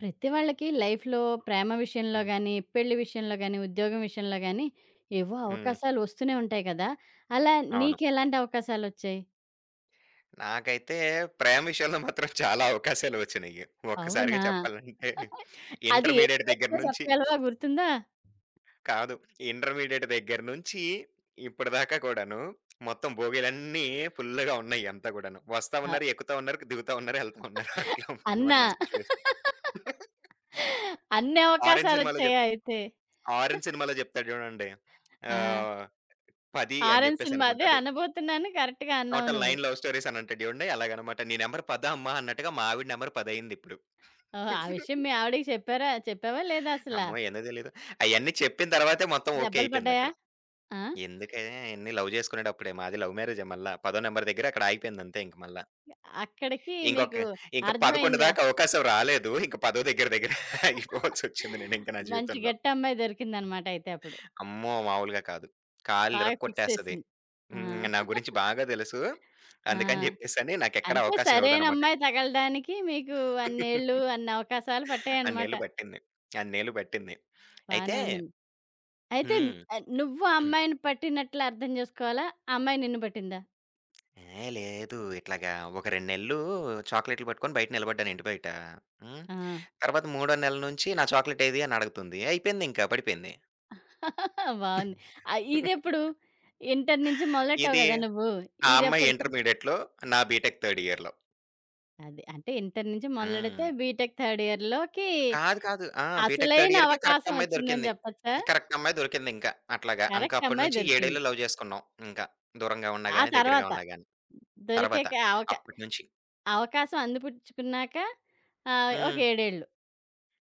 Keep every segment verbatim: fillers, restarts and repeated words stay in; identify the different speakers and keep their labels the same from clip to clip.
Speaker 1: ప్రతి వాళ్ళకి లైఫ్‌లో ప్రేమ విషయంలో
Speaker 2: హ్మ్.
Speaker 1: గాని, పెళ్లి విషయంలో గాని, ఉద్యోగం విషయంలో గాని ఏవో
Speaker 2: హ్మ్.
Speaker 1: అవకాశాలు వస్తూనే ఉంటాయి కదా! అలా
Speaker 2: అవును.
Speaker 1: నీకెలాంటి అవకాశాలొచ్చాయి?
Speaker 2: నాకైతే ప్రేమ విషయంలో మాత్రం చాలా అవకాశాలు వచ్చినియి. ఒక్కసారిగా
Speaker 1: అవునా?
Speaker 2: చెప్పాలంటే
Speaker 1: అది ఏ
Speaker 2: ఇంటర్మీడియేట్ దగ్గర
Speaker 1: టైమ్‌లో
Speaker 2: నుంచి
Speaker 1: చెప్పగలవా, గుర్తుందా?
Speaker 2: కాదు, ఇంటర్మీడియేట్ దగ్గర నుంచి ఇప్పటిదాకా కూడాను మొత్తం బోగీలన్నీ ఫుల్లుగా ఉన్నాయి అంతా కూడాను. వస్తా
Speaker 1: అ
Speaker 2: ఉన్నారు, ఎక్కుతా ఉన్నారు, దిగుతా ఉన్నారు, ఎళ్తా ఉన్నారు. అట్లా ఉందన్నమాట
Speaker 1: అన్నా.
Speaker 2: నా సిట్యుయేషన్.
Speaker 1: అన్ని
Speaker 2: 'ఆరెంజ్' సినిమాలో
Speaker 1: అవకాశాలొచ్చాయా
Speaker 2: చెప్
Speaker 1: అయితే?
Speaker 2: 'ఆరెంజ్' సినిమాలో చెప్తాడు చూడండి.
Speaker 1: ఆ!
Speaker 2: ఆహ్, పది అని
Speaker 1: 'ఆరెంజ్'
Speaker 2: చెప్పేసి
Speaker 1: సినిమా
Speaker 2: అనుకుంటా.
Speaker 1: అదే
Speaker 2: అదే
Speaker 1: అనబోతున్నాను, కరెక్ట్‌గా అన్నావు
Speaker 2: టోటల్
Speaker 1: నువ్వు.
Speaker 2: తొమ్మిది లవ్ స్టోరీస్ అనంటాడు చూడండి. అలాగనమాట. నీ నంబర్ పది అమ్మా అన్నట్టుగా మా ఆవిడ నంబర్ పది అయిందిప్పుడు.
Speaker 1: ఓహ్! ఆ విషయం మీ ఆవిడకి చెప్పారా? చెప్పావా లేదా అసలా?
Speaker 2: అమ్మో! ఏందో తెలీదు. అయన్నీ చెప్పిన తర్వాతే మొత్తం ఓకే
Speaker 1: దెబ్బలు పడ్డాయా?
Speaker 2: అయిపోయిందక్కడ.
Speaker 1: ఆ!
Speaker 2: ఎందుకే అయన్నీ లవ్ చేసుకునేటప్పుడే. మాది లవ్ మ్యారేజే మళ్ళా. పదో నంబర్ దగ్గర అక్కడ ఆగిపోయింది అంతే ఇంక మళ్ళా.
Speaker 1: అక్కడికి మీకు
Speaker 2: ఇంకొక ఇంక పదకొండు
Speaker 1: అర్థమైంది.
Speaker 2: దాకా
Speaker 1: అస్
Speaker 2: అవకాశం రాలేదు. ఇంక పది దగ్గర దగ్గర ఆగిపోవాల్సొచ్చింది నేనింక నా
Speaker 1: మంచి
Speaker 2: జీవితంలో.
Speaker 1: గట్టమ్మాయి దొరికిందనమాట అయితే అప్పుడు.
Speaker 2: అమ్మో! మామూలుగా కాదు.
Speaker 1: బాగా ఫిక్స్
Speaker 2: కాళ్ళిరక్కొట్టేస్తది.
Speaker 1: చేసింది. ఆ!
Speaker 2: హ్మ్. నా గురించి బాగా తెలుసు.
Speaker 1: ఆ!
Speaker 2: అందుకని చెప్పేసని నాకెక్కడ
Speaker 1: అంటే
Speaker 2: అవకాశం
Speaker 1: సరైన
Speaker 2: ఇవ్వదనమాట.
Speaker 1: అమ్మాయి తగలడానికి మీకు అన్నేళ్ళు, అన్ని అవకాశాలు పట్టాయన్నమాట.
Speaker 2: అన్నేళ్ళు పట్టింది. అన్నేళ్ళు పట్టింది. అయితే.
Speaker 1: బానే ఉంది. అయితే
Speaker 2: హ్మ్.
Speaker 1: ఆహ్, నువ్వు ఆ
Speaker 2: హ్మ్.
Speaker 1: అమ్మాయిని పట్టినట్లు అర్థం జేసుకోవాలా? ఆ అమ్మాయి నిన్ను పట్టిందా?
Speaker 2: ఏ లేదు ఇట్లాగా ఒక రెండు నెలలు చాక్లెట్‌లు పట్టుకొని బయట నిలబడ్డాను ఇంటి బయట. హ్మ్.
Speaker 1: ఆ!
Speaker 2: తర్వాత మూడో నెల నుంచి నా చాక్లెట్ ఏది అని అడుగుతుంది. అయిపోయిందింకా పడిపోయింది.
Speaker 1: బావుంది. ఆహ్, ఇదెప్పుడు? ఇంటర్ నుంచి మొదలెట్టావు
Speaker 2: ఇది
Speaker 1: గదా! నువ్వు.
Speaker 2: ఆ అమ్మాయి
Speaker 1: ఇదెప్పటికి?
Speaker 2: ఇంటర్మీడియేట్‌లో, నా బీటెక్ థర్డ్ ఇయర్‌లో.
Speaker 1: అది. అంటే ఇంటర్ నుంచి మొదలెడితే
Speaker 2: హ్మ్.
Speaker 1: బీటెక్ థర్డ్ ఇయర్‌లోకి
Speaker 2: కాదు. కాదు. ఆ! బీటెక్ థర్డ్
Speaker 1: అసలైన
Speaker 2: ఇయర్‌కే కరెక్ట్
Speaker 1: అవకాశం
Speaker 2: అమ్మాయి
Speaker 1: వచ్చిందని
Speaker 2: దొరికింది.
Speaker 1: చెప్పొచ్చా?
Speaker 2: కరెక్ట్ అమ్మాయి దొరికిందింకా. అట్లాగా. ఇంక
Speaker 1: కరెక్ట్
Speaker 2: అప్పటి
Speaker 1: అమ్మాయి
Speaker 2: నుంచి ఏడు
Speaker 1: దొరికింది.
Speaker 2: ఏళ్ళు లవ్ చేసుకున్నాం. ఇంకా దూరంగా ఉన్నా
Speaker 1: ఆ
Speaker 2: గాని, దగ్గరగా
Speaker 1: తర్వాత
Speaker 2: ఉన్నా గాని. తర్వాత
Speaker 1: దొరికాక అవకా
Speaker 2: అప్పటి నుంచి.
Speaker 1: అవకాశం అందిపుచ్చుకున్నాక ఆహ్, ఒక
Speaker 2: హ్మ్.
Speaker 1: ఏడు ఏళ్ళు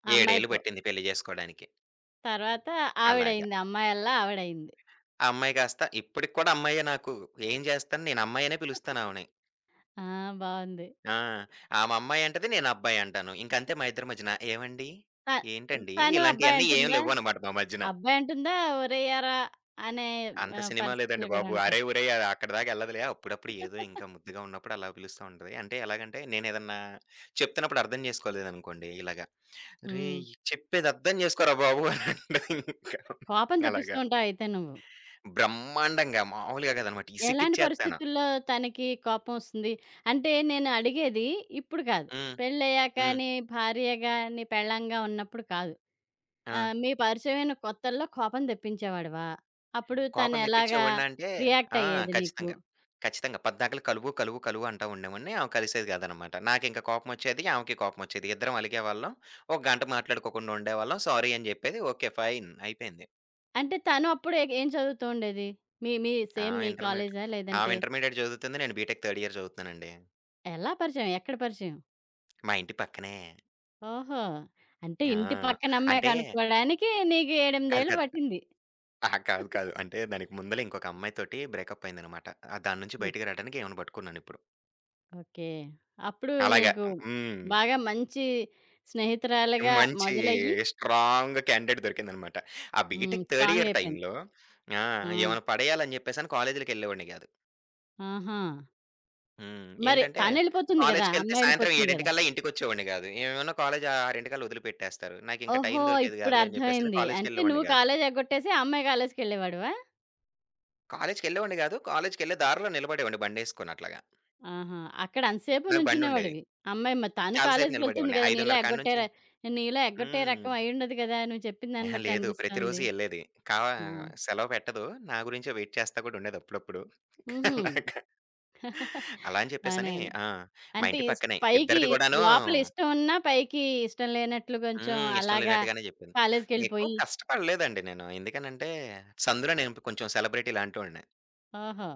Speaker 1: ఆ
Speaker 2: ఏడు ఏళ్ళు
Speaker 1: అమ్మాయితో.
Speaker 2: పట్టింది పెళ్లి జేసుకోడానికి.
Speaker 1: తర్వాత
Speaker 2: అలాగా.
Speaker 1: ఆవిడయింది. అమ్మాయల్లా ఆవిడయింది.
Speaker 2: ఆ అమ్మాయి కాస్త ఇప్పటికి కూడా అమ్మాయే నాకు. ఏం జేస్తాను నేను అమ్మాయి అనే పిలుస్తాను ఆమెని.
Speaker 1: ఆ! బావుంది.
Speaker 2: ఆ! ఆమె అమ్మాయి అంటది. నేను అబ్బాయి అంటాను. ఇంకంతే మా ఇద్దరి మధ్యన. ఏవండీ?
Speaker 1: త
Speaker 2: ఏంటండి?
Speaker 1: తను అబ్బాయి
Speaker 2: ఇలాంటియన్నీ ఏం
Speaker 1: అంటుందా?
Speaker 2: లేవ్వనమాట మా మధ్యన.
Speaker 1: అబ్బాయి అంటుందా? ఒరేయ్ ఏరా! అనే
Speaker 2: అంత
Speaker 1: ఆహ్,
Speaker 2: సినిమా లేదండి
Speaker 1: పరిస్థితులు గూడా
Speaker 2: బాబు.
Speaker 1: ఉంటాయి.
Speaker 2: అరేయ్! ఒరేయ్! అక్కడిదాకా ఎళ్ళదులే. అప్పుడప్పుడు ఏదో ఇంకా ముద్దుగా ఉన్నప్పుడు అలా పిలుస్తా ఉంటది. అంటే ఎలాగంటే నేనేదన్నా చెప్తున్నప్పుడు అర్థం చేసుకోలేదనుకోండి ఇలాగా.
Speaker 1: హ్మ్.
Speaker 2: "రేయ్! చెప్పేది అర్థం చేసుకోరా బాబు" అని అంటది ఇంకా.
Speaker 1: కోపం
Speaker 2: అలాగ.
Speaker 1: తెప్పిస్తూ ఉంటావు అయితే నువ్వు.
Speaker 2: బ్రహ్మాండంగా. మామూలుగా కాదనమాట.
Speaker 1: ఎలాంటి
Speaker 2: ఇసికిచ్చేత్తాను.
Speaker 1: పరిస్థితుల్లో తనకి కోపమొస్తుంది? అంటే నేను అడిగేది ఇప్పుడు కాదు.
Speaker 2: హ్మ్.
Speaker 1: పెళ్ళయ్యాక
Speaker 2: హ్మ్.
Speaker 1: నీ భార్యగా, నీ పెళ్ళాంగా ఉన్నప్పుడు కాదు.
Speaker 2: ఆ!
Speaker 1: ఆహ్, మీ పరిచయమైన కొత్తల్లో కోపం తెప్పించేవాడివా? అప్పుడు
Speaker 2: కోపం
Speaker 1: తనెలాగా
Speaker 2: తెప్పించేవాడినా అంటే
Speaker 1: రియాక్ట్
Speaker 2: ఆ!
Speaker 1: అయ్యేది నీకు?
Speaker 2: ఖచ్చితంగా. ఖచ్చితంగా. పద్దాకల కలువు, కలువు, కలువు అంటా ఉండేవాడిని. ఆమె కలిసేది కాదనమాట. నాకింక కోపమొచ్చేది. ఆమెకి కోపమొచ్చేది. ఇద్దరం అలిగేవాళ్ళం. ఒక గంట మాట్లాడుకోకుండా ఉండేవాళ్ళం. సారీ అని చెప్పేది. ఓకే. ఫైన్. అయిపోయింది.
Speaker 1: అంటే తను అప్పుడు ఎగ్ ఏం చదువుతూ ఉండేది? మీ మీ సేమ్
Speaker 2: ఆమె
Speaker 1: మీ
Speaker 2: ఇంటర్మీడియేట్
Speaker 1: కాలేజా? లేదంటే
Speaker 2: ఆమె ఇంటర్మీడియేట్ చదువుతుంది. నేను బీటెక్ థర్డ్ ఇయర్ చదువుతున్నానండి.
Speaker 1: ఎలా పరిచయం? ఎక్కడ పరిచయం?
Speaker 2: మా ఇంటి పక్కనే.
Speaker 1: ఓహో! అంటే ఇంటి
Speaker 2: ఆ!
Speaker 1: పక్కన అమ్మాయి
Speaker 2: అంటే
Speaker 1: కనుక్కోడానికి నీకు ఎనిమిది, ఎనిమిది
Speaker 2: కాదు,
Speaker 1: ఏళ్ళు
Speaker 2: కాదు.
Speaker 1: పట్టింది.
Speaker 2: అహా! కాదు. కాదు. అంటే దానికి ముందలే ఇంకొక అమ్మాయితోటి బ్రేకప్ అయిందనమాట. ఆహ్, దాని నుంచి బయటికి రాడానికి ఈమెను పట్టుకున్నానిప్పుడు.
Speaker 1: ఓకే. అప్పుడు
Speaker 2: అలాగా.
Speaker 1: నీకు
Speaker 2: హ్మ్.
Speaker 1: బాగా మంచి స్నేహితురాలిగా
Speaker 2: మంచి
Speaker 1: మొదలయ్యి
Speaker 2: స్ట్రాంగ్ క్యాండిడేట్ దొరికిందనమాట. ఆ
Speaker 1: హ్మ్.
Speaker 2: బీటెక్ థర్డ్ ఇయర్
Speaker 1: స్ట్రాంగయిపోయింది.
Speaker 2: టైమ్‌లో. ఆ!
Speaker 1: ఆ!
Speaker 2: ఏమైనా పడేయాలని జెప్పేసని కాలేజీలకెళ్ళేవాడిని గాదు.
Speaker 1: ఆహా!
Speaker 2: హ్మ్.
Speaker 1: మరి
Speaker 2: ఏంటంటే
Speaker 1: తనెళ్ళిపోతుంది గదా!
Speaker 2: కాలేజికెళ్తే సాయంత్రం
Speaker 1: అమ్మాయెళ్ళిపోతుంది గదా!
Speaker 2: 7:00కల్లా ఇంటికొచ్చేవాడిని గాదు. ఏమన్నా కాలేజ్ 6:00కల్లా వదిలిపెట్టేస్తారు. నాకింక
Speaker 1: ఓహో!
Speaker 2: టైం దొరికేది
Speaker 1: ఇప్పుడు
Speaker 2: గాదులే అని జెప్పేసని
Speaker 1: అర్థమైంది. అంటే
Speaker 2: కాలేజికెళ్ళేవాడిని
Speaker 1: నువ్వు
Speaker 2: గాదు.
Speaker 1: కాలేజి ఎగ్గొట్టేసి ఆ అమ్మాయి కాలేజికెళ్ళేవాడివా?
Speaker 2: కాలేజికెళ్ళేవాడిని గాదు. కాలేజికెళ్ళే దారిలో నిలబడేవాడిని బండేసుకొని అట్లాగా.
Speaker 1: ఆహా! అక్కడ అంతసేపు
Speaker 2: నాకు బండుండేది.
Speaker 1: నుంచునేవాడివి. అమ్మాయి మరి తను
Speaker 2: చాలా సేపు
Speaker 1: కాలేజికెళ్తుంది
Speaker 2: నిలబడేవాడిని.
Speaker 1: గదా! నీలా
Speaker 2: ఐదున్నర కాడ
Speaker 1: ఎగ్గొట్టే
Speaker 2: నుంచి.
Speaker 1: ర నీలా ఎగ్గొట్టే
Speaker 2: హ్మ్.
Speaker 1: రకం అయ్యుండదు గదా! నువ్వు చెప్పిన దాన్ని
Speaker 2: అహా!
Speaker 1: బట్టి
Speaker 2: లేదు.
Speaker 1: అనిపిస్తోంది.
Speaker 2: ప్రతిరోజు ఎళ్ళేది. కా
Speaker 1: ఆ!
Speaker 2: సెలవు పెట్టదు. నా గురించే వెయిట్ చేస్తా కూడా ఉండేది అప్పుడప్పుడు.
Speaker 1: హుహు.
Speaker 2: అలాగా. అలా అని
Speaker 1: బానే
Speaker 2: చెప్పేసని.
Speaker 1: ఉంది.
Speaker 2: ఆ! మా
Speaker 1: అంటే
Speaker 2: ఇంటి
Speaker 1: ఇస్
Speaker 2: పక్కనే.
Speaker 1: పైకి
Speaker 2: ఇద్దరిది కూడాను.
Speaker 1: లోపల ఇష్టం ఉన్నా, పైకి ఇష్టం లేనట్లు కొంచెం
Speaker 2: హ్మ్. ఇష్టం
Speaker 1: అలాగా
Speaker 2: లేనట్టుగానే చెప్పింది. ఎక్కువ
Speaker 1: కాలేజీకెళ్ళిపోయి
Speaker 2: కష్టపడలేదండి నేను. ఎందుకనంటే, సందులో నేను కొంచెం సెలబ్రిటీ లాంటోడినే.
Speaker 1: ఓహో!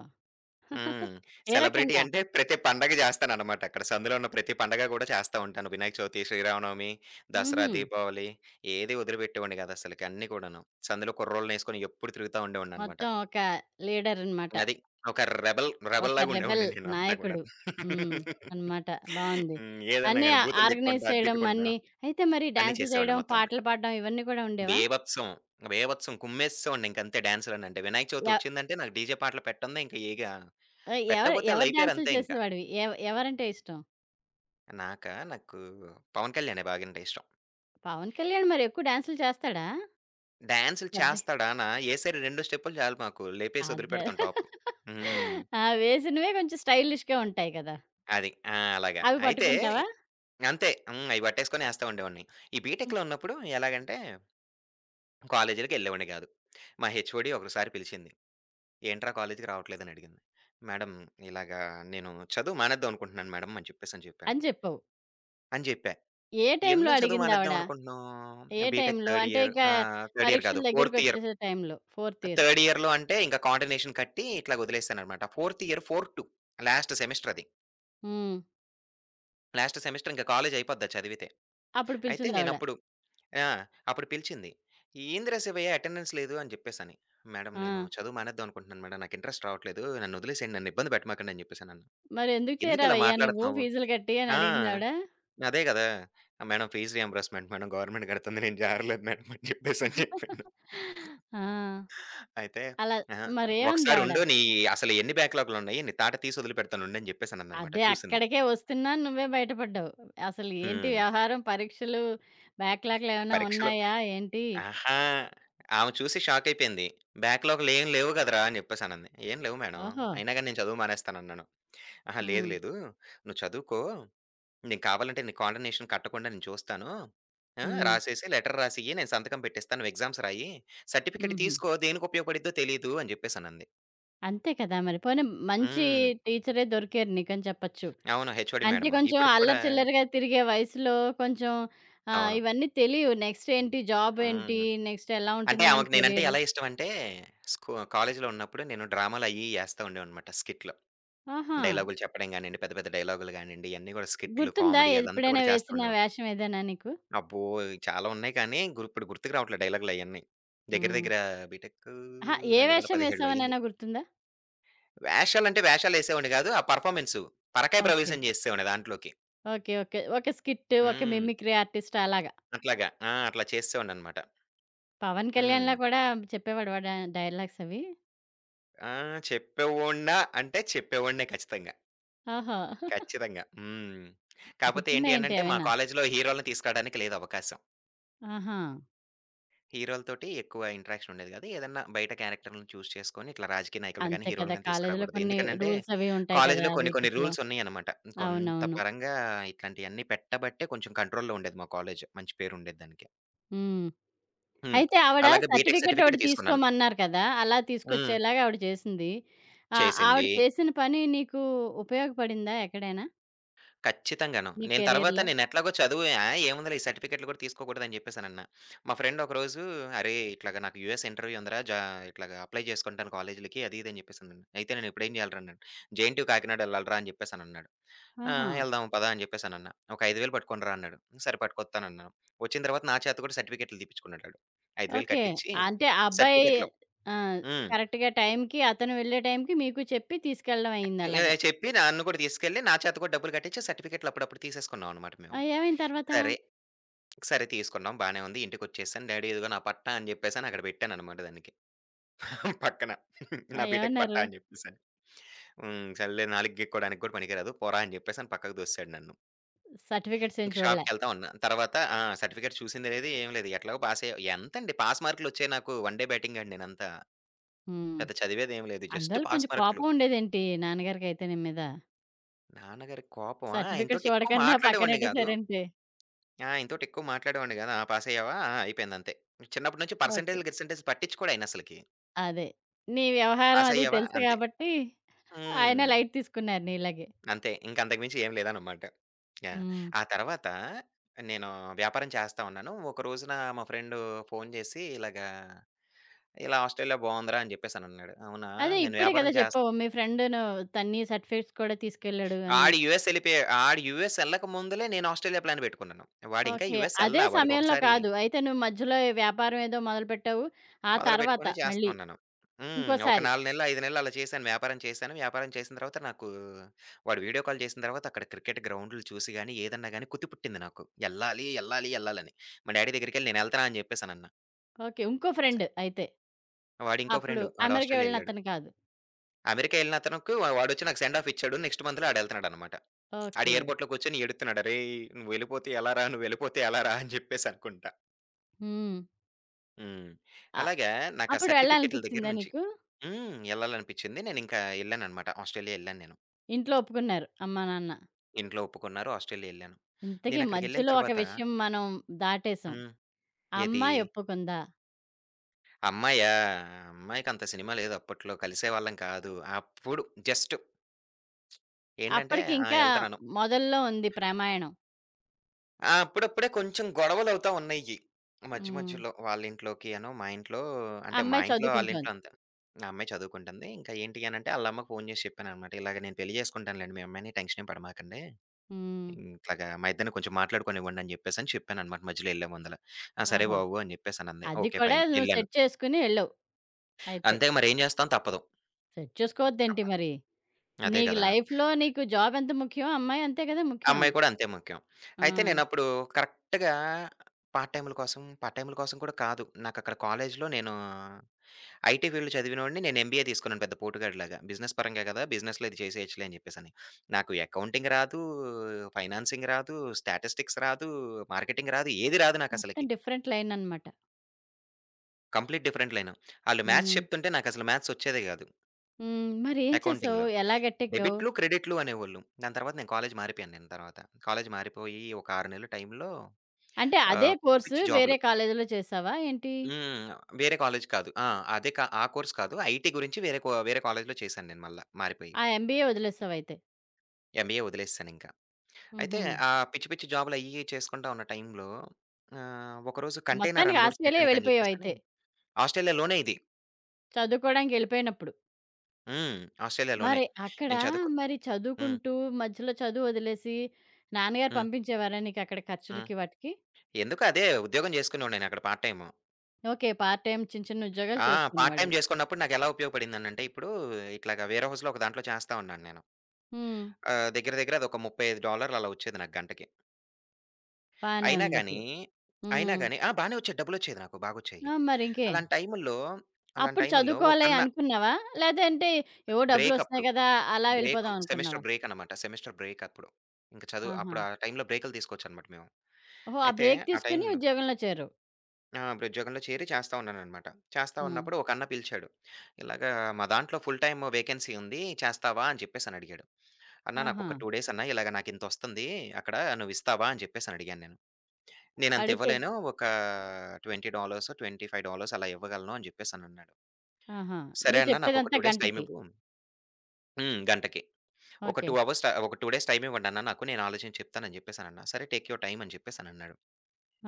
Speaker 2: హ్మ్.
Speaker 1: ఏ
Speaker 2: సెలబ్రిటీ
Speaker 1: రకంగా?
Speaker 2: అంటే ప్రతి పండగ జేస్తాననమాట అక్కడ. సందులో ఉన్న ప్రతి పండగ గూడా చేస్తా ఉంటాను. వినాయక చవితి, శ్రీరామనవమి, దసరా,
Speaker 1: హుహు.
Speaker 2: దీపావళి, ఏది వదిలిపెట్టేవాడిని గాదసలకి అన్నీ కూడాను. సందులో కుర్రోళ్ళనేసుకొని ఎప్పుడు తిరుగుతా ఉండేవాడిననమాట.
Speaker 1: మొత్తం ఒక లీడర్ అనమాట.
Speaker 2: అది. ఒక రెబెల్
Speaker 1: ఒక
Speaker 2: రెబెల్‌లాగా
Speaker 1: రెబెల్
Speaker 2: ఉండేవాడిని నేను అంతా
Speaker 1: నాయకుడు.
Speaker 2: గూడాను.
Speaker 1: హ్మ్. అనమాట. బావుంది.
Speaker 2: హ్మ్. ఏదన్నా
Speaker 1: అన్నీ
Speaker 2: గాని బూతులు తిట్టుకుంటా,
Speaker 1: ఆర్గనైజ్
Speaker 2: అది
Speaker 1: చేయడం
Speaker 2: తిట్టుకుంటా
Speaker 1: అన్నీ. అయితే మరి
Speaker 2: అన్నీ
Speaker 1: డాన్సులు
Speaker 2: చేసేవాడిని
Speaker 1: చేయడం,
Speaker 2: మొత్తం అంతా.
Speaker 1: పాటలు పాడడం ఇవన్నీ కూడా ఉండేవా?
Speaker 2: బీభత్సం! బీభత్సం! కుమ్మేసేసేవాడిని ఇంకంతే డాన్సులనంటే. వినాయక చవితి
Speaker 1: ఎవ్
Speaker 2: ఒచ్చిందంటే నాకు డీజే పాటలు పెట్టందే ఇంక ఇగ
Speaker 1: ఎవరు
Speaker 2: పెట్టకపోతే
Speaker 1: ఎవరు డాన్సులు
Speaker 2: ఆళ్ళయిపోయారంతే ఇంక.
Speaker 1: చేసేవాడివి? ఎవ ఎవరంటే ఇష్టం?
Speaker 2: నాకా? నాకు 'పవన్ కళ్యాణే' బాగంటే ఇష్టం.
Speaker 1: 'పవన్ కళ్యాణ్' మరి ఎక్కువ డాన్సులు చేస్తాడా?
Speaker 2: డాన్సులు
Speaker 1: పెద్ద
Speaker 2: చేస్తాడానా? ఏసారి రెండు స్టెప్పులు చాలు మాకు. లేపేసి
Speaker 1: అదే.
Speaker 2: వదిలిపెడతాం టాపు. హ్మ్.
Speaker 1: ఆ! వేసినవే కొంచెం స్టైలిష్‌గా ఉంటాయి కదా!
Speaker 2: అది. ఆ! అలాగా.
Speaker 1: అవి
Speaker 2: అయితే
Speaker 1: పట్టుకుంటావా?
Speaker 2: అంతే. హ్మ్. అయి పట్టేసుకొని ఏస్తా ఉండేవాడిని. ఈ
Speaker 1: హ్మ్.
Speaker 2: బీటెక్‌లో ఉన్నప్పుడు ఎలాగంటే, కాలేజీలకెళ్ళేవాడిని గాదు. మా హెచ్ఓడి ఒకసారి పిలిచింది. "ఏంట్రా కాలేజీకి రావట్లేదని" అడిగింది. "మేడం, ఇలాగా నేను చదువు మానేద్దాం అనుకుంటున్నాను మేడం" అని చెప్పేసని చెప్పాను.
Speaker 1: అని చెప్పావు.
Speaker 2: అని చెప్పా.
Speaker 1: ఏ టైంలో
Speaker 2: "ఎందుకు చదువు
Speaker 1: అడిగిందావిడ?
Speaker 2: మానేద్దాం
Speaker 1: ఏ
Speaker 2: అనుకుంటున్నావు? బీటెక్
Speaker 1: టైంలో?
Speaker 2: థర్డ్
Speaker 1: అంటే
Speaker 2: ఇయర్."
Speaker 1: ఇక
Speaker 2: ఆహ్, థర్డ్ ఇయర్ కాదు.
Speaker 1: పరీక్షలు
Speaker 2: ఫోర్త్ ఇయర్.
Speaker 1: దగ్గరకొచ్చేసే టైంలో ఫోర్త్ ఇయర్.
Speaker 2: థర్డ్ ఇయర్‌లో అంటే ఇంకా కాండోనేషన్ కట్టి ఇట్లాగ వదిలేసాననమాట. Fourth year four two last semester అది.
Speaker 1: హ్మ్.
Speaker 2: లాస్ట్ సెమిస్టర్ ఇంక కాలేజ్ అయిపోద్ది అది చదివితే.
Speaker 1: అప్పుడు
Speaker 2: అయితే
Speaker 1: పిలిచిందావిడ.
Speaker 2: నేనప్పుడు ఆ! అప్పుడు పిలిచింది. "ఏందిరా శివయ్య అటెండెన్స్ లేదు" అని జెప్పేసని. "మేడం
Speaker 1: ఆ!
Speaker 2: నేను చదువు మానేద్దాం అనుకుంటున్నాను మేడం. నాకు ఇంట్రెస్ట్ రావట్లేదు. నన్ను వదిలేసేయండి. నన్ను ఇబ్బంది పెట్టమాకండి" అని జెప్పేసనన్నా.
Speaker 1: మరెందుకు
Speaker 2: "ఎందుకిలా
Speaker 1: చేరావయ్యా నువ్వు
Speaker 2: మాట్లాడుతున్నావు?"
Speaker 1: ఫీజులు కట్టి అని
Speaker 2: ఆ!
Speaker 1: అడిగిందావిడ?
Speaker 2: అదే గదా! "Madam fees reimbursement madam government గడుతుంది. నేను జారలేదు మేడం" అని జెప్పేసని చెప్పాను.
Speaker 1: ఆ!
Speaker 2: అయితే.
Speaker 1: అలా
Speaker 2: అహా! "ఒకసారుండు
Speaker 1: మరేమందావిడ?
Speaker 2: నీ అసలు ఎన్ని బ్యాక్‌లాగ్‌లున్నాయి నీ తాట తీసి వదిలిపెడతానుండు" అని జెప్పేసనందనమాట
Speaker 1: అదే
Speaker 2: చూసింది.
Speaker 1: అక్కడికే వస్తున్నా, నువ్వే బయటపడ్డావు. అసలు ఏంటి
Speaker 2: హ్మ్.
Speaker 1: వ్యవహారం, పరీక్షలు బ్యాక్‌లాగ్‌లేమైనా
Speaker 2: పరీక్షలో.
Speaker 1: ఉన్నాయా ఏంటి?
Speaker 2: అహా! ఆమె చూసి షాకయిపోయింది. "బ్యాక్‌లాగ్‌లేం లేవు గదరా!" అని జెప్పేసనంది. "ఏం లేవు మేడం.
Speaker 1: ఓహో!
Speaker 2: అయినా గాని నేను చదువు మానేస్తానన్నాను." "అహా! లేదు,
Speaker 1: హ్మ్.
Speaker 2: లేదు. నువ్వు చదువుకో. నేను కావాలంటే నీ కాండోనేషన్ కట్టకుండా నేను చూస్తాను. ఆ!
Speaker 1: హ్మ్.
Speaker 2: రాసేసి లెటర్ రాసియ్యి. నేను సంతకం పెట్టిస్తాను. నువ్వు ఎగ్జామ్స్ రాయి. సర్టిఫికేట్
Speaker 1: హుహు.
Speaker 2: తీసుకో దేనికి ఉపయోగపడిద్దో తెలీదు" అని జెప్పేసనంది.
Speaker 1: అంతే కదా! మరి. పోనీ మంచి
Speaker 2: హ్మ్.
Speaker 1: టీచరే దొరికారు నీకని చెప్పచ్చు.
Speaker 2: అవును. హెచ్‌ఓడి
Speaker 1: అంటే
Speaker 2: మేడము.
Speaker 1: కొంచెం
Speaker 2: ఇప్పటికి కూడా
Speaker 1: అల్లరి చిల్లరగా తిరిగే వయసులో కొంచెం ఆహ్,
Speaker 2: అవును.
Speaker 1: ఇవన్నీ తెలియవు. నెక్స్ట్ ఏంటి? జాబ్ ఏంటి?
Speaker 2: హ్మ్.
Speaker 1: నెక్స్ట్ ఎలా
Speaker 2: అంటే
Speaker 1: ఉంటుంది మన
Speaker 2: ఆమెకి నేనంటే
Speaker 1: కెరీర్?
Speaker 2: ఎలా ఇష్టమంటే, స్కూ కాలేజీలో ఉన్నప్పుడు నేను డ్రామాలు అయ్యి ఏస్తా ఉండేవాడినమాట స్కిట్‌లు.
Speaker 1: ఆహా!
Speaker 2: డైలాగులు చెప్పడం గానియండి, పెద్ద పెద్ద డైలాగులు గానియండి, ఇయన్నీ గూడా స్కిట్‌లు,
Speaker 1: గుర్తుందా?
Speaker 2: కామెడీ అదంతా
Speaker 1: ఎప్పుడైనా
Speaker 2: గూడా చేస్తూ
Speaker 1: వేసిన
Speaker 2: ఉండేవాడిని.
Speaker 1: వేషం ఏదైనా నీకు?
Speaker 2: అబ్బో! చాలా ఉన్నాయి కానీ, గుర్ ఇప్పుడు గుర్తుకు రావట్లే డైలాగులయన్నీ. దగ్గర
Speaker 1: హ్మ్.
Speaker 2: దగ్గర బీటెక్కూ
Speaker 1: అహా! ఏ వేషం
Speaker 2: రెండు వేల పదిహేడులో అయింది.
Speaker 1: వేసావనైనా గుర్తుందా?
Speaker 2: వేషాలంటే వేషాలేసేవాడిని గాదు. ఆ పెర్ఫార్మన్స్ పరకాయ
Speaker 1: ఓకే.
Speaker 2: ప్రవేశం చేసేసేవాడిని దాంట్లోకి.
Speaker 1: ఓకే. ఓకే. ఒక స్కిట్, ఒక
Speaker 2: హ్మ్.
Speaker 1: మిమిక్రీ ఆర్టిస్ట్ అలాగా.
Speaker 2: అట్లాగా. ఆ! అట్లా చేసేసేవాడిననమాట.
Speaker 1: 'పవన్
Speaker 2: హ్మ్.
Speaker 1: కళ్యాణ్‌లా' కూడా చెప్పేవాడు వాడా డైలాగ్స్ అవి?
Speaker 2: ఆ! చెప్పేవోడినా అంటే చెప్పేవోడినే ఖచ్చితంగా.
Speaker 1: ఓహో!
Speaker 2: ఖచ్చితంగా. హ్మ్. కాపోతే ఏంటి
Speaker 1: గుర్తున్నాయేంటి
Speaker 2: అనంటే, మా
Speaker 1: ఏమైనా?
Speaker 2: కాలేజీలో హీరోలని తీసుకోడానికి లేదు అవకాశం.
Speaker 1: ఆహా!
Speaker 2: హీరోలతోటి ఎక్కువ ఇంటరాక్షన్ ఉండేది గాదు. ఏదన్నా బయట క్యారెక్టర్‌లను చూజ్ చేసుకొని, ఇట్లా రాజకీయ నాయకుల్ని గాని,
Speaker 1: అంతే కదా!
Speaker 2: హీరోలని గాని
Speaker 1: కాలేజీలో
Speaker 2: తీసుకురాకూడదు.
Speaker 1: కొన్ని
Speaker 2: ఎందుకనంటే,
Speaker 1: రూల్స్ అవి ఉంటాయి కదా!
Speaker 2: కాలేజీలో కొన్ని కొన్ని
Speaker 1: బీటెక్‌లో.
Speaker 2: రూల్స్ ఉన్నాయనమాట. కొంత
Speaker 1: అవునవును.
Speaker 2: పరంగా ఇట్లాంటియన్నీ పెట్టబట్టే కొంచెం కంట్రోల్‌లో ఉండేది మా కాలేజు. మంచి పేరు ఉండేది దానికి.
Speaker 1: హ్మ్.
Speaker 2: హ్మ్.
Speaker 1: అయితే ఆవిడ
Speaker 2: అలాగే బీటెక్
Speaker 1: సర్టిఫికేట్
Speaker 2: సర్టిఫికేట్
Speaker 1: ఒకటి
Speaker 2: తీసుకున్నాను.
Speaker 1: తీసుకోమన్నారు కదా! అలా
Speaker 2: హ్మ్.
Speaker 1: తీసుకొచ్చేలాగా ఆవిడ చేసింది. ఆహ్, ఆవిడ
Speaker 2: చేసింది.
Speaker 1: చేసిన పని నీకు ఉపయోగపడిందా ఎక్కడైనా?
Speaker 2: ఖచ్చితంగాను.
Speaker 1: నీ
Speaker 2: నేను తర్వాత
Speaker 1: కెరియర్‌లో?
Speaker 2: నేను ఎట్లాగో చదువు ఆహ్, ఏముందిలే ఈ సర్టిఫికేట్‌లు కూడా తీసుకోకూడదని జెప్పేసనన్నా. మా ఫ్రెండ్ ఒకరోజు "అరేయ్! ఇట్లాగ నాకు యూఎస్ ఇంటర్వ్యూ ఉందిరా జా ఇట్లాగ అప్లై చేసుకుంటాను కాలేజీలకి" అది ఇది అని జెప్పేసన్నాను. "అయితే నేను ఇప్పుడేం జేయాలిరా?" అన్నాను. "జేఎన్‌టీయూ కాకినాడ ఎళ్ళాలిరా" అని జెప్పేసనన్నాడు. "ఆ!
Speaker 1: ఆహా!
Speaker 2: ఎళ్దాం పదా!" అని జెప్పేసనన్నా. ఒక ఐదు వేలు పట్టుకొనిరా అన్నాడు. సరే పట్టుకొత్తానన్నాను. వచ్చిన తర్వాత నా చేత కూడా సర్టిఫికేట్‌లు తీపిచ్చుకున్నాడు ఆడు. ఐదు వేలు
Speaker 1: ఓకే.
Speaker 2: కట్టిచ్చి
Speaker 1: అంటే ఆ అబ్బాయి
Speaker 2: సర్టిఫికేట్‌లు.
Speaker 1: ఆ!
Speaker 2: హ్మ్.
Speaker 1: కరెక్ట్‌గా టైంకి అతను వెళ్ళే టైంకి మీకు చెప్పి తీసుకెళ్ళడం అయిందలాగా.
Speaker 2: చెప్పి నన్ను కూడా తీసుకెళ్ళి నా చేత కూడా డబ్బులు కట్టిచ్చి సర్టిఫికేట్‌లు అప్పుడప్పుడు తీసేసుకున్నాం అన్నమాట మేము.
Speaker 1: ఆ! ఏమైంది తర్వాత?
Speaker 2: సరే, సరే తీసుకున్నాం. బానే ఉంది. ఇంటికొచ్చేసాను. డాడీ ఇదిగో నా పట్టా అని జెప్పేసని అక్కడ పెట్టాననమాట దానికి. పక్కన.
Speaker 1: ఆ!
Speaker 2: నా బీటెక్ పట్టా
Speaker 1: ఏమన్నారు?
Speaker 2: అని జెప్పేసని. హ్మ్. సర్లే నాలుక గీక్కోడానికి గూడా పనికిరాదు. పోరా! అని జెప్పేసని పక్కకు దోసేసాడు నన్ను.
Speaker 1: సర్టిఫికేట్స్ ఏం
Speaker 2: ఇంక
Speaker 1: చూడలే.
Speaker 2: షాప్‌కెళ్తా ఉన్నా. తర్వాత ఆ! సర్టిఫికేట్ చూసింది లేదు. ఏం లేదు. ఎట్లాగో పాసయ్యా ఎంతండి పాస్ మార్కులొచ్చాయి నాకు వన్ డే బ్యాటింగాడిని నేనంతా.
Speaker 1: హ్మ్.
Speaker 2: పెద్ద చదివేదేం లేదు. జస్ట్
Speaker 1: అందువల్ల
Speaker 2: పాస్
Speaker 1: కొంచెం
Speaker 2: మార్కులు.
Speaker 1: కోపం ఉండేదేంటి నాన్నగారికైతే నీ మీద?
Speaker 2: నాన్నగారికి కోపమా?
Speaker 1: సర్టిఫికేట్స్
Speaker 2: ఆయనతోటి ఎక్కువ
Speaker 1: చూడకుండా
Speaker 2: మాట్లాడేవాడిని గాదు.
Speaker 1: పక్కనెట్టేసారంటే.
Speaker 2: ఆ! ఆయనతోటి ఎక్కువ మాట్లాడేవాడిని గాదు. ఆ! పాసయ్యావా? ఆ! అయిపోయిందంతే. చిన్నప్పటి నుంచి
Speaker 1: ఓకే.
Speaker 2: పర్సెంటేజ్‌లు, గిర్సెంటేజ్‌లు పట్టించుకోడు ఆయనసలకి.
Speaker 1: అదే. నీ వ్యవహారం అది
Speaker 2: పాసయ్యావా?
Speaker 1: తెలుసు
Speaker 2: అంతే.
Speaker 1: గాబట్టి, ఆయన
Speaker 2: హ్మ్.
Speaker 1: లైట్ తీసుకున్నారు నీలాగే.
Speaker 2: అంతే. ఇంక అంతకు మించి ఏం లేదనమాట. ఆ!
Speaker 1: హ్మ్.
Speaker 2: ఆ తర్వాత నేను వ్యాపారం చేస్తా ఉన్నాను. ఒక రోజున మా ఫ్రెండు ఫోను చేసి ఇలాగా, "ఇలా ఆస్ట్రేలియా బావుందిరా" అని చెప్పేసనన్నాడు. "అవునా?
Speaker 1: అదే
Speaker 2: నేను
Speaker 1: ఇప్పుడే కదా
Speaker 2: వ్యాపారం చేస్తా."
Speaker 1: చెప్పావు. మీ ఫ్రెండును తన్ని సర్టిఫికేట్స్ కూడా తీసుకెళ్ళాడు అని.
Speaker 2: ఆడు యూఎస్ ఎళ్ళిపోయా ఆడు యూఎస్ ఎళ్ళక ముందులే నేను ఆస్ట్రేలియా ప్లాన్ పెట్టుకున్నాను. వాడింకా
Speaker 1: ఓకే.
Speaker 2: యూఎస్
Speaker 1: అదే
Speaker 2: ఎళ్ళా.
Speaker 1: సమయంలో
Speaker 2: వాడికొకసారి
Speaker 1: కాదు. అయితే నువ్వు మధ్యలో ఈ వ్యాపారం ఏదో మొదలుపెట్టావు. ఆ తర్వాత
Speaker 2: మొదలుపెట్టుకొని చేస్తూ
Speaker 1: మళ్ళీ
Speaker 2: ఉన్నాను. హ్మ్. ఒక
Speaker 1: ఇంకోసారి.
Speaker 2: నాలుగు నెలలు, ఐదు నెలలు అలా చేశాను. వ్యాపారం చేశాను. వ్యాపారం చేసిన తర్వాత నాకు వాడు వీడియో కాల్ చేసిన తర్వాత అక్కడ క్రికెట్ గ్రౌండ్‌లు చూసి గాని, ఏదన్నా గాని కుతి పుట్టింది నాకు. ఎళ్ళాలి, ఎళ్ళాలి, ఎళ్ళాలని. మా డ్యాడీ దగ్గరికెళ్ళి నేనెళ్తాను అని జెప్పేసానన్నా.
Speaker 1: ఓకే. ఇంకో ఫ్రెండ్ అయితే. అ
Speaker 2: వాడు ఇంకో
Speaker 1: అప్పుడు
Speaker 2: ఫ్రెండు. ఆడు
Speaker 1: అమెరికా
Speaker 2: ఆస్ట్రేలియా
Speaker 1: వెళ్ళిన
Speaker 2: ఎళ్ళాడు.
Speaker 1: అతను కాదు.
Speaker 2: అమెరికా ఎళ్ళిన అతనుకు వాడొచ్చి నాకు సెండ్ ఆఫ్ ఇచ్చాడు. నెక్స్ట్ మంత్‌లో ఆడెళ్తున్నాడనమాట. ఆడు
Speaker 1: ఓకే.
Speaker 2: ఎయిర్‌పోర్ట్‌లో కూర్చొని ఏడుతున్నాడు. "అరేయ్! నువ్వెళ్ళిపోతే ఎలారా? నువ్వెళ్ళిపోతే ఎలారా?" అని జెప్పేసి అనుకుంటా.
Speaker 1: హ్మ్.
Speaker 2: హ్మ్. అలాగా. నాకా
Speaker 1: అప్పుడు
Speaker 2: సర్టిఫికేట్‌ల దగ్గర
Speaker 1: వెళ్ళాలనిపిచ్చిందా
Speaker 2: నుంచి.
Speaker 1: నీకు?
Speaker 2: హ్మ్. ఎళ్ళాలనిపిచ్చింది. నేనింకా ఎళ్ళాననమాట. ఆస్ట్రేలియా ఎళ్ళాను నేను.
Speaker 1: ఇంట్లో ఒప్పుకున్నారు అమ్మా, నాన్న.
Speaker 2: ఇంట్లో ఒప్పుకున్నారు. ఆస్ట్రేలియా ఎళ్ళాను.
Speaker 1: ఇంతకీ
Speaker 2: నేనక్కడికెళ్ళిన
Speaker 1: మధ్యలో ఒక
Speaker 2: తర్వాత.
Speaker 1: విషయం మనం దాటేసాం.
Speaker 2: హ్మ్.
Speaker 1: ఆ
Speaker 2: ఏది?
Speaker 1: అమ్మాయి ఒప్పుకుందా?
Speaker 2: అమ్మాయా? అమ్మాయికంత సినిమా లేదు అప్పట్లో. కలిసేవాళ్ళం కాదు. అప్పుడు జస్ట్ ఏంటంటే
Speaker 1: అప్పటికి
Speaker 2: ఆ!
Speaker 1: ఇంకా
Speaker 2: ఎళ్తన్నాను.
Speaker 1: మొదల్లో ఉంది ప్రమాయణం.
Speaker 2: ఆ! అప్పుడప్పుడే కొంచెం గొడవలవుతా ఉన్నయ్యి. మధ్య
Speaker 1: హ్మ్.
Speaker 2: మధ్యలో వాళ్ళింట్లోకి అను, మా ఇంట్లో,
Speaker 1: ఆ
Speaker 2: అంటే మా
Speaker 1: అమ్మాయి
Speaker 2: ఇంట్లో, ఆళ్ళింట్లో
Speaker 1: చదువుకుంటోంది.
Speaker 2: అంతే. నా అమ్మాయి చదువుకుంటుంది. ఇంకా ఏంటి అనంటే ఆళ్ళమ్మకి ఫోను చేసి చెప్పాననమాట. ఇలాగ నేను పెళ్లి చేసుకుంటానులెండి మీ అమ్మాయిని. టెన్షన్ ఏం పడమాకండి.
Speaker 1: హ్మ్.
Speaker 2: ఇట్లాగా మా ఇద్దరిని కొంచెం మాట్లాడుకొనివ్వండని జెప్పేసని చెప్పాననమాట మధ్యలో ఎళ్ళే ముందల. ఆ! సరే
Speaker 1: ఓహో!
Speaker 2: బాబు అని జెప్పేసనంది.
Speaker 1: అది
Speaker 2: ఓకే.
Speaker 1: కూడా
Speaker 2: ఫైన్
Speaker 1: నువ్వు
Speaker 2: ఎళ్ళాను.
Speaker 1: సెట్ చేసుకొని ఎళ్ళావు అయితే.
Speaker 2: అంతే మరేం జేస్తాం తప్పదు.
Speaker 1: సెట్ చేసుకోవద్దేంటి
Speaker 2: తప్పదు.
Speaker 1: మరి?
Speaker 2: అదే
Speaker 1: నీకు
Speaker 2: గదా!
Speaker 1: లైఫ్‌లో నీకు జాబ్ ఎంత ముఖ్యం, అమ్మాయి అంతే కదా ముఖ్యం.
Speaker 2: అమ్మాయి కూడా అంతే ముఖ్యం.
Speaker 1: ఆ!
Speaker 2: అయితే నేనప్పుడు కరెక్ట్‌గా పార్ట్ టైముల కోసం, పార్ట్ టైముల కోసం కూడా కాదు. నాకక్కడ కాలేజీలో నేను ఐటీ ఫీల్డ్ చదివినోడిని నేను ఎంబీఏ తీసుకున్నాను పెద్ద పోటుగాడిలాగా. బిజినెస్ పరంగా కదా! బిజినెస్‌లో ఇది చేసేయచ్చులే అని చెప్పేసని. నాకు అకౌంటింగ్ రాదు, ఫైనాన్సింగ్ రాదు, స్టాటిస్టిక్స్ రాదు, మార్కెటింగ్ రాదు. ఏది రాదు
Speaker 1: మొత్తం
Speaker 2: నాకసలకి.
Speaker 1: డిఫరెంట్ లైన్ అనమాట.
Speaker 2: Complete different line. ఆళ్ళు మ్యాథ్స్
Speaker 1: హ్మ్.
Speaker 2: చెప్తుంటే నాకసలు మ్యాథ్స్ వచ్చేదే గాదు.
Speaker 1: హ్మ్. మరేం చేసావు?
Speaker 2: అకౌంటింగ్‌లో.
Speaker 1: ఎలా గట్టెక్కావు?
Speaker 2: డెబిట్లు, క్రెడిట్లు అనేవోళ్ళు. దాని తర్వాత నేను కాలేజ్ మారిపోయాను నేను తర్వాత. కాలేజ్ మారిపోయి ఒక ఆరు నెలల టైంలో
Speaker 1: అంటే అదే
Speaker 2: ఆహ్, పిచ్చి
Speaker 1: కోర్సు
Speaker 2: పిచ్చి
Speaker 1: వేరే
Speaker 2: జాబ్‌లు.
Speaker 1: కాలేజీలో చేసావా ఏంటి?
Speaker 2: హ్మ్. వేరే కాలేజ్ కాదు. ఆ! అదే కా ఆ కోర్స్ కాదు. ఐటీ గురించి వేరే కో వేరే కాలేజ్‌లో చేశాను నేను మళ్ళా మారిపోయి.
Speaker 1: ఆ ఎంబీఏ వదిలేసావయితే.
Speaker 2: ఎంబీఏ వదిలేసానింక. అయితే
Speaker 1: హుహు.
Speaker 2: ఆ పిచ్చి పిచ్చి జాబులయ్యి చేసుకుంటా ఉన్న టైంలో ఆహ్, ఒకరోజు కంటైనర్
Speaker 1: మొత్తానికి
Speaker 2: అన్‌లోడ్
Speaker 1: ఆస్ట్రేలియా
Speaker 2: చేయడానికని జెప్పేసని
Speaker 1: వెళ్ళిపోయావయితే.
Speaker 2: ఆస్ట్రేలియాలోనే ఇది.
Speaker 1: చదువుకోవడానికి ఎళ్ళిపోయినప్పుడు.
Speaker 2: హ్మ్. ఆస్ట్రేలియాలోనే.
Speaker 1: మరి అక్కడ
Speaker 2: నేను చదువుకు.
Speaker 1: మరి
Speaker 2: హ్మ్.
Speaker 1: చదువుకుంటూ మధ్యలో చదువు వదిలేసి నాన్నగారు
Speaker 2: హ్మ్.
Speaker 1: పంపించేవారా నీకక్కడ
Speaker 2: హ్మ్.
Speaker 1: ఖర్చులకి వాటికి?
Speaker 2: ఎందుకు అదే ఉద్యోగం జేసుకునేవాడిని నేనక్కడ part time.
Speaker 1: Okay. Part time చిన్న చిన్న ఉద్యోగాలు
Speaker 2: ఆ! పార్ట్
Speaker 1: చేసుకునేవాడివి.
Speaker 2: టైమ్ జేసుకున్నప్పుడు నాకెలా ఉపయోగపడిందనంటే ఇప్పుడు ఇట్లాగా వేర్ హౌస్‌లో ఒక దాంట్లో చేస్తా ఉన్నాను నేను.
Speaker 1: హ్మ్.
Speaker 2: ఆహ్, దగ్గర దగ్గర అదొక ముప్ఫై ఐదు డాలర్లు అలా వచ్చేది నాకు గంటకి.
Speaker 1: బానే
Speaker 2: అయినా గానీ,
Speaker 1: ఉందప్పుడు.
Speaker 2: అయినా
Speaker 1: హ్మ్.
Speaker 2: గానీ ఆ! బానే వచ్చేది. డబ్బులొచ్చేయి నాకు బాగొచ్చేయి.
Speaker 1: ఆ! మరింకే.
Speaker 2: అలాంటి టైముల్లో, అలాంటి
Speaker 1: అప్పుడు
Speaker 2: టైముల్లో ఒక
Speaker 1: చదువుకోవాలి
Speaker 2: అన్న
Speaker 1: అనుకున్నావా? లేదంటే ఏవో
Speaker 2: బ్రేకప్పుడు
Speaker 1: డబ్బులొస్తున్నాయి కదా! అలా
Speaker 2: బ్రేకు.
Speaker 1: వెళ్ళిపోదాం
Speaker 2: సెమిస్టర్
Speaker 1: అనుకున్నావా?
Speaker 2: బ్రేక్ అనమాట. సెమిస్టర్ బ్రేక్ అప్పుడు. ఇంక చదువు
Speaker 1: ఆహా!
Speaker 2: అప్పుడు ఆ టైంలో బ్రేకులు తీసుకోవచ్చనమాట మేము.
Speaker 1: ఓహో! ఆ
Speaker 2: అయితే
Speaker 1: బ్రేక్
Speaker 2: ఆ
Speaker 1: తీసుకొని
Speaker 2: టైంలో
Speaker 1: ఉద్యోగంలో చేరావు.
Speaker 2: ఆ! ఇప్పుడు ఉద్యోగంలో చేరి చేస్తా ఉన్నాననమాట. చేస్తా
Speaker 1: హ్మ్.
Speaker 2: ఉన్నప్పుడు ఒక అన్న పిలిచాడు. ఇలాగా "మా దాంట్లో ఫుల్ టైమ్ వేకెన్సీ ఉంది. చేస్తావా?" అని చెప్పేసని అడిగాడు. "అన్నా
Speaker 1: ఆహా!
Speaker 2: నాకొక రెండు డేస్ అన్న ఇలాగ నాకింతొస్తుంది. అక్కడ నువ్వు ఇస్తావా?" అని చెప్పేసని అడిగాను నేను. "నేనంత
Speaker 1: అడిగితే
Speaker 2: ఇవ్వలేను. ఒక ఇరవై డాలర్లు ఇరవై ఐదు డాలర్లు అలా ఇవ్వగలను" అని చెప్పేసనన్నాడు.
Speaker 1: ఆహా!
Speaker 2: "సరే
Speaker 1: నువ్వు
Speaker 2: అన్నా నాకొక
Speaker 1: చెప్పేదంతా
Speaker 2: రెండు డేస్
Speaker 1: గంటకి.
Speaker 2: టైమివ్వు." హ్మ్. గంటకి. ఒక
Speaker 1: ఓకే.
Speaker 2: రెండు అవర్స్ ట ఒక రెండు డేస్ టైమ్ ఇవ్వండన్నా నాకు. నేను ఆలోచించి చెప్తానని జెప్పేసానన్నా. సరే టేక్ యూర్ టైమ్ అని జెప్పేసనన్నాడు.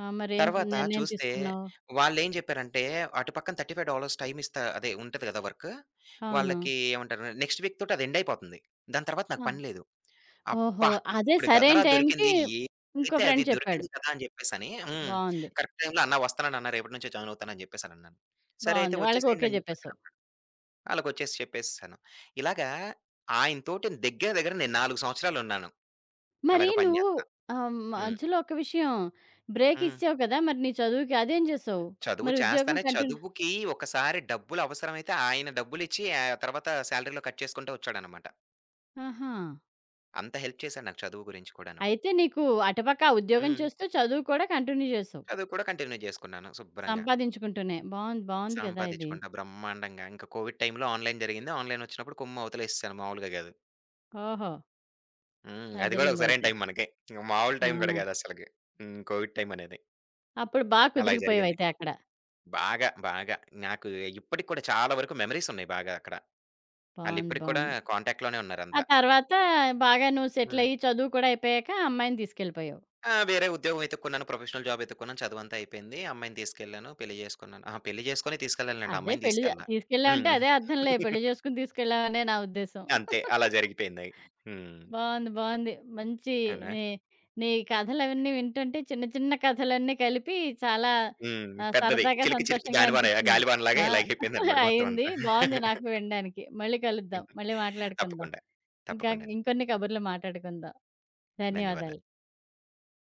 Speaker 1: ఆ! మరేం
Speaker 2: తర్వాత
Speaker 1: నిర్ణయం
Speaker 2: చూస్తే
Speaker 1: తీసుకున్నావు?
Speaker 2: వాళ్ళేం జెప్పారంటే, అటు పక్కన ముప్ఫై ఐదు డాలర్లు టైమ్ ఇస్తా అదే ఉంటది గదా! వర్క్.
Speaker 1: అవును.
Speaker 2: వాళ్ళకి ఏమంటారు నెక్స్ట్ వీక్ తోటి అది ఎండ్ అయిపోతుంది. దాని తర్వాత నాకు
Speaker 1: ఆ!
Speaker 2: పని లేదు.
Speaker 1: ఓహో!
Speaker 2: అబ్బా!
Speaker 1: అదే
Speaker 2: ఇప్పుడు
Speaker 1: సరైన
Speaker 2: కదరా
Speaker 1: టైంకి
Speaker 2: దొరికింది.
Speaker 1: ఇంకో
Speaker 2: ఏదైతే అది
Speaker 1: ఫ్రెండ్ చెప్పాడు.
Speaker 2: దొరికింది కదా! అని జెప్పేసని. హ్మ్.
Speaker 1: బావుంది.
Speaker 2: కరెక్ట్ టైమ్‌లో అన్నా వస్తాననన్నా. రేపటి నుంచే జాయిన్ అవుతాను అని జెప్పేసనన్నాను. సరే అయితే
Speaker 1: బావుంది. వాళ్ళకి ఓకే
Speaker 2: వచ్చేసేయండి అని
Speaker 1: జెప్పేసావు.
Speaker 2: జెప్పేసాను. ఆళ్ళకొచ్చేసి చెప్పేసేసాను. ఇలాగా ఆయనతోటి దగ్గర దగ్గర నేను నాలుగు సంవత్సరాలున్నాను.
Speaker 1: మరి
Speaker 2: అలాగ పని
Speaker 1: నువ్వు
Speaker 2: జేస్తా.
Speaker 1: ఆహ్,
Speaker 2: హ్మ్.
Speaker 1: మధ్యలో ఒక విషయం బ్రేక్
Speaker 2: హ్మ్.
Speaker 1: ఇచ్చావు కదా! మరి నీ చదువుకి అదేం జేసావు?
Speaker 2: చదువు
Speaker 1: మరి ఉద్యోగం
Speaker 2: చేస్తానే
Speaker 1: కంటిన్యూ
Speaker 2: చదువుకి ఒకసారి డబ్బులు అవసరమైతే ఆయన డబ్బులిచ్చి ఆ తర్వాత సాలరీలో కట్ చేసుకుంటూ వచ్చాడనమాట.
Speaker 1: ఆహా!
Speaker 2: అంత హెల్ప్ చేశాడు నాకు చదువు గురించి కూడాను.
Speaker 1: అయితే నీకు అటుపక్క ఆ ఉద్యోగం
Speaker 2: హ్మ్.
Speaker 1: చేస్తూ చదువు కూడా కంటిన్యూ జేసావు.
Speaker 2: చదువు కూడా కంటిన్యూ జేసుకున్నాను శుభ్రంగా.
Speaker 1: సంపాదించుకుంటూనే. బావుంది. బావుంది కదా! ఇది.
Speaker 2: సంపాదించుకుంటా బ్రహ్మాండంగా. ఇంక కోవిడ్ టైమ్‌లో ఆన్‌లైన్ జరిగింది. ఆన్‌లైన్ వచ్చినప్పుడు కుమ్ము అవతలేసేసాను మామూలుగా గాదు.
Speaker 1: ఓహో!
Speaker 2: హ్మ్. అది గూడా ఒక సరైన
Speaker 1: అదిరిందయితే.
Speaker 2: టైం మనకి. ఇంక మామూలు
Speaker 1: ఆ!
Speaker 2: టైం గూడా గాదు అసలకి. హ్మ్. కోవిడ్ టైం అనేది.
Speaker 1: అప్పుడు బా
Speaker 2: అలా జరిగింది.
Speaker 1: కుదిరిగిపోయావయితే అక్కడ.
Speaker 2: బాగా, బాగా నాకు ఇప్పటికి కూడా చాలా వరకు మెమోరీసున్నాయి బాగా అక్కడ.
Speaker 1: బావుంది.
Speaker 2: ఆళ్ళిప్పటికి కూడా
Speaker 1: బావుంది.
Speaker 2: కాంటాక్ట్‌లోనే
Speaker 1: ఆ
Speaker 2: ఉన్నారంతా.
Speaker 1: తర్వాత బాగా నువ్వు
Speaker 2: హ్మ్.
Speaker 1: సెటిలయ్యి చదువు కూడా అయిపోయాక అమ్మాయిని తీసుకెళ్ళిపోయావు.
Speaker 2: ఆ! వేరే ఉద్యోగం వెతుక్కున్నాను. Professional job వెతుక్కున్నాను. చదువంతా అయిపోయింది. అమ్మాయిని తీసుకెళ్ళాను. పెళ్లి చేసుకున్నాను. అహా! పెళ్లి చేసుకొని తీసుకెళ్ళానులెండి.
Speaker 1: అదే
Speaker 2: అమ్మాయిని
Speaker 1: పెళ్లి జ
Speaker 2: తీసుకెళ్ళలా.
Speaker 1: తీసుకెళ్ళావంటే
Speaker 2: హ్మ్.
Speaker 1: అదే అర్థంలే, పెళ్లి చేసుకొని తీసుకెళ్ళావనే నా ఉద్దేశం.
Speaker 2: అంతే. అలా జరిగిపోయింది. హ్మ్.
Speaker 1: బావుంది. బావుంది. మంచి
Speaker 2: అవునా?
Speaker 1: నీ నీ కథలవన్నీ వింటుంటే చిన్న చిన్న కథలన్నీ కలిపి చాలా
Speaker 2: హ్మ్.
Speaker 1: ఆహ్,
Speaker 2: పెద్దది.
Speaker 1: సరదాగా
Speaker 2: చిలికి చిలికి
Speaker 1: సంతోషంగా
Speaker 2: గానివాన
Speaker 1: అనిపిచ్చింది.
Speaker 2: గాలివానలాగా
Speaker 1: ఆ!
Speaker 2: ఇలాగైపోయిందనమాట మొత్తం
Speaker 1: అయింది.
Speaker 2: అంతా.
Speaker 1: బావుంది నాకు వినడానికి. మళ్ళీ కలుద్దాం. మళ్ళీ మాట్లాడుకుందాం.
Speaker 2: తప్పకుండా.
Speaker 1: ఇంకా
Speaker 2: తప్పకుండా.
Speaker 1: ఇంకొన్ని కబుర్లు మాట్లాడుకుందాం. ధన్యవాదాలు.
Speaker 2: ధన్యవాదాలు.